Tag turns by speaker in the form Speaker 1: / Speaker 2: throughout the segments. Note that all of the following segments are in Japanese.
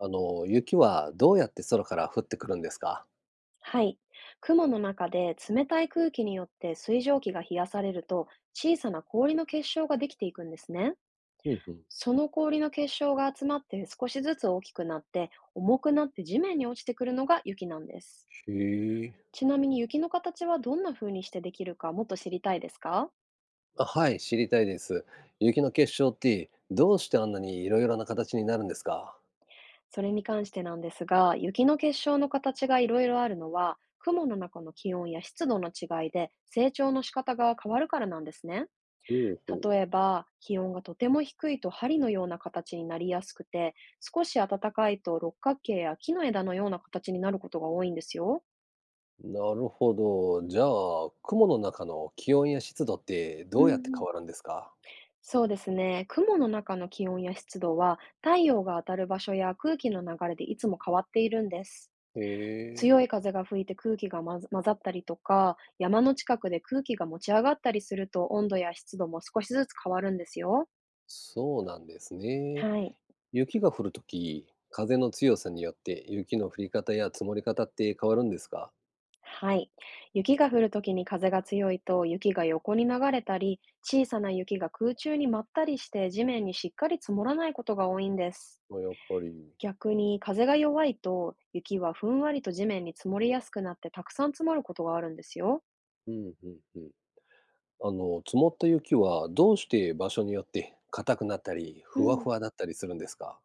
Speaker 1: あの、雪はどうやって空から降ってくるんですか？
Speaker 2: はい。雲の中で冷たい空気によって水蒸気が冷やされると、小さな氷の結晶ができていくんですね。
Speaker 1: うんうん。
Speaker 2: その氷の結晶が集まって少しずつ大きくなって、重くなって地面に落ちてくるのが雪なんです。
Speaker 1: へえ。
Speaker 2: ちなみに、雪の形はどんな風にしてできるか、もっと知りたいですか？
Speaker 1: あ、はい、知りたいです。雪の結晶ってどうしてあんなにいろいろな形になるんですか？
Speaker 2: それに関してなんですが、雪の結晶の形がいろいろあるのは、雲の中の気温や湿度の違いで成長の仕方が変わるからなんですね。
Speaker 1: ほうほう。
Speaker 2: 例えば、気温がとても低いと針のような形になりやすくて、少し暖かいと六角形や木の枝のような形になることが多いんですよ。
Speaker 1: なるほど。じゃあ、雲の中の気温や湿度って
Speaker 2: うん
Speaker 1: どうやって
Speaker 2: う
Speaker 1: 変
Speaker 2: ん。
Speaker 1: わるんですか？
Speaker 2: そうですね。雲の中の気温や湿度は、太陽が当たる場所や空気の流れでいつも変わっているんです。
Speaker 1: へえ。
Speaker 2: 強い風が吹いて空気が混ざったりとか、山の近くで空気が持ち上がったりすると、温度や湿度も少しずつ変わるんですよ。
Speaker 1: そうなんですね。
Speaker 2: はい。
Speaker 1: 雪が降るとき、風の強さによって雪の降り方や積もり方って変わるんですか？
Speaker 2: はい。雪が降るときに風が強いと、雪が横に流れたり、小さな雪が空中に舞ったりして、地面にしっかり積もらないことが多いんです。
Speaker 1: まあ、やっぱり。
Speaker 2: 逆に風が弱いと、雪はふんわりと地面に積もりやすくなって、たくさん積もることがあるんですよ。
Speaker 1: うんうんうん。あの、積もった雪はどうして場所によって硬くなったり、
Speaker 2: う
Speaker 1: ふわ
Speaker 2: ん。
Speaker 1: ふわだったりするんですか？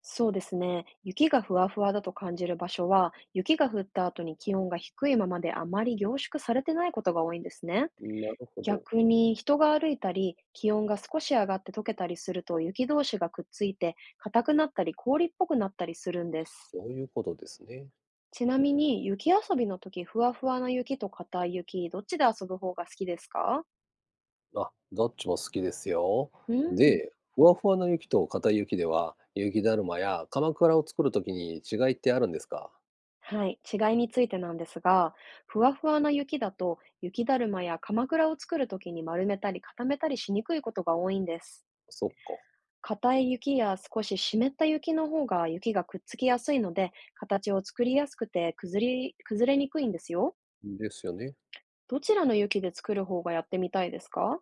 Speaker 2: そうですね。雪がふわふわだと感じる場所は、雪が降った後に気温が低いままで、あまり凝縮されてないことが多いんですね。
Speaker 1: なるほど。
Speaker 2: 逆に、人が歩いたり、気温が少し上がって溶けたりすると、雪同士がくっついて硬くなったり、氷っぽくなったりするんです。
Speaker 1: そういうことですね。
Speaker 2: ちなみに、雪遊びの時、ふわふわな雪と硬い雪、どっちで遊ぶ方が好きですか？
Speaker 1: あ、どっちも好きですよ。
Speaker 2: うん。
Speaker 1: で、ふわふわな雪と硬い雪では、雪だるまや鎌倉を作るときに違いってあるんですか？
Speaker 2: はい。違いについてなんですが、ふわふわな雪だと、雪だるまやかまくらを作る時に丸めたり固めたりしにくいことが多いんです。
Speaker 1: そっか。
Speaker 2: 硬い雪や少し湿った雪の方が雪がくっつきやすいので、形を作りやすくて、崩れにくいんですよ。
Speaker 1: ですよね。
Speaker 2: どちらの雪で作る方がやってみたいですか？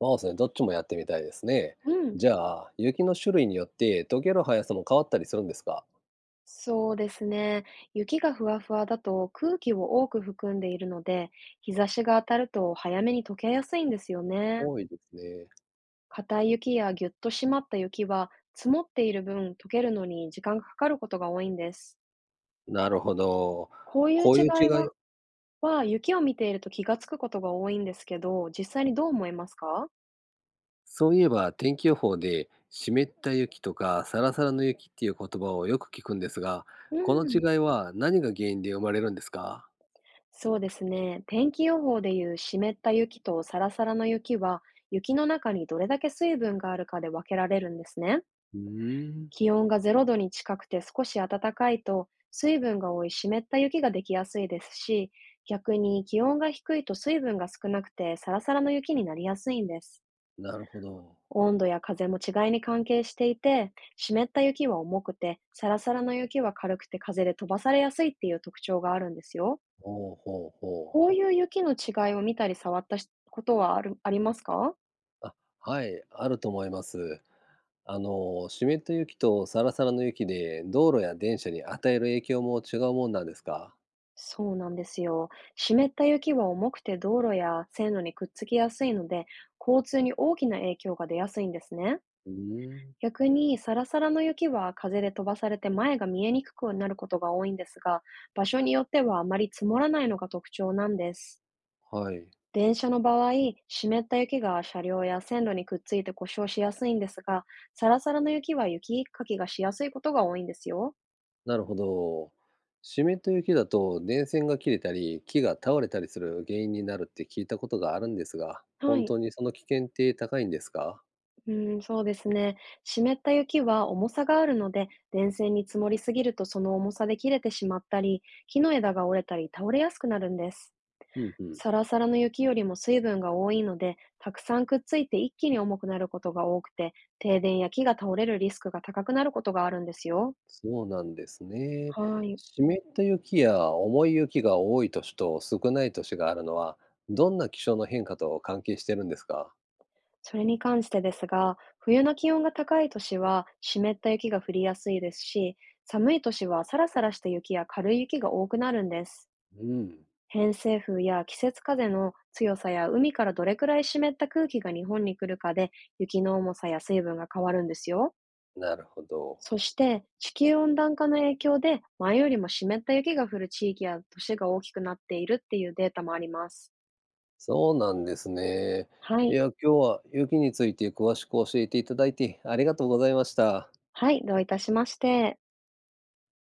Speaker 1: まあ、それどっちもやってみたいですね。
Speaker 2: うん、
Speaker 1: じゃあ、雪の種類によって溶ける速さも変わったりするんですか？
Speaker 2: そうですね。雪がふわふわだと空気を多く含んでいるので、日差しが当たると早めに溶けやすいんですよね。
Speaker 1: 多いですね。
Speaker 2: 硬い雪やぎゅっと締まった雪は、積もっている分、溶けるのに時間がかかることが多いんです。
Speaker 1: なるほど。
Speaker 2: こういう
Speaker 1: こう
Speaker 2: 違
Speaker 1: いう違
Speaker 2: い
Speaker 1: い。
Speaker 2: は、雪を見ていると気がつくことが多いんですけど、実際にどう思いますか？
Speaker 1: そういえば天気予報で湿った雪とかサラサラの雪っていう言葉をよく聞くんですが、
Speaker 2: う
Speaker 1: この
Speaker 2: ん。
Speaker 1: 違いは何が原因で生まれるんですか？
Speaker 2: そうですね。天気予報でいう湿った雪とサラサラの雪は、雪の中にどれだけ水分があるかで分けられるんですね。
Speaker 1: うーん、
Speaker 2: 気温が0度に近くて少し暖かいと、水分が多い湿った雪ができやすいですし、逆に気温が低いと、水分が少なくてサラサラの雪になりやすいんです。
Speaker 1: なるほど。
Speaker 2: 温度や風も違いに関係していて、湿った雪は重くて、サラサラの雪は軽くて風で飛ばされやすいっていう特徴があるんですよ。
Speaker 1: ほうほうほう。
Speaker 2: こういう雪の違いを見たり触ったしことはありますか？
Speaker 1: あ、はい、あると思います。あの、湿った雪とサラサラの雪で道路や電車に与える影響も違うもんなんですか？
Speaker 2: そうなんですよ。湿った雪は重くて道路や線路にくっつきやすいので、交通に大きな影響が出やすいんですね。
Speaker 1: うーん。
Speaker 2: 逆に、サラサラの雪は風で飛ばされて前が見えにくくなることが多いんですが、場所によってはあまり積もらないのが特徴なんです。
Speaker 1: はい。
Speaker 2: 電車の場合、湿った雪が車両や線路にくっついて故障しやすいんですが、サラサラの雪は雪かきがしやすいことが多いんですよ。
Speaker 1: なるほど。湿った雪だと電線が切れたり、木が倒れたりする原因になるって聞いたことがあるんですが、
Speaker 2: は
Speaker 1: 本
Speaker 2: い。
Speaker 1: 当にその危険って高いんですか？
Speaker 2: うん、そうですね。湿った雪は重さがあるので、電線に積もりすぎるとその重さで切れてしまったり、木の枝が折れたり倒れやすくなるんです。
Speaker 1: うんうん。
Speaker 2: サラサラの雪よりも水分が多いので、たくさんくっついて一気に重くなることが多くて、停電や木が倒れるリスクが高くなることがあるんですよ。
Speaker 1: そうなんですね。
Speaker 2: はい。
Speaker 1: 湿った雪や重い雪が多い年と少ない年があるのは、どんな気象の変化と関係してるんですか？
Speaker 2: それに関してですが、冬の気温が高い年は湿った雪が降りやすいですし、寒い年はサラサラした雪や軽い雪が多くなるんです。
Speaker 1: うん。
Speaker 2: 偏西風や季節風の強さや海からどれくらい湿った空気が日本に来るかで、雪の重さや水分が変わるんですよ。
Speaker 1: なるほど。
Speaker 2: そして、地球温暖化の影響で前よりも湿った雪が降る地域や都市が大きくなっているっていうデータもあります。
Speaker 1: そうなんですね。
Speaker 2: は
Speaker 1: い
Speaker 2: い。
Speaker 1: や、今日は雪について詳しく教えていただいてありがとうございました。
Speaker 2: はい。どういたしまして。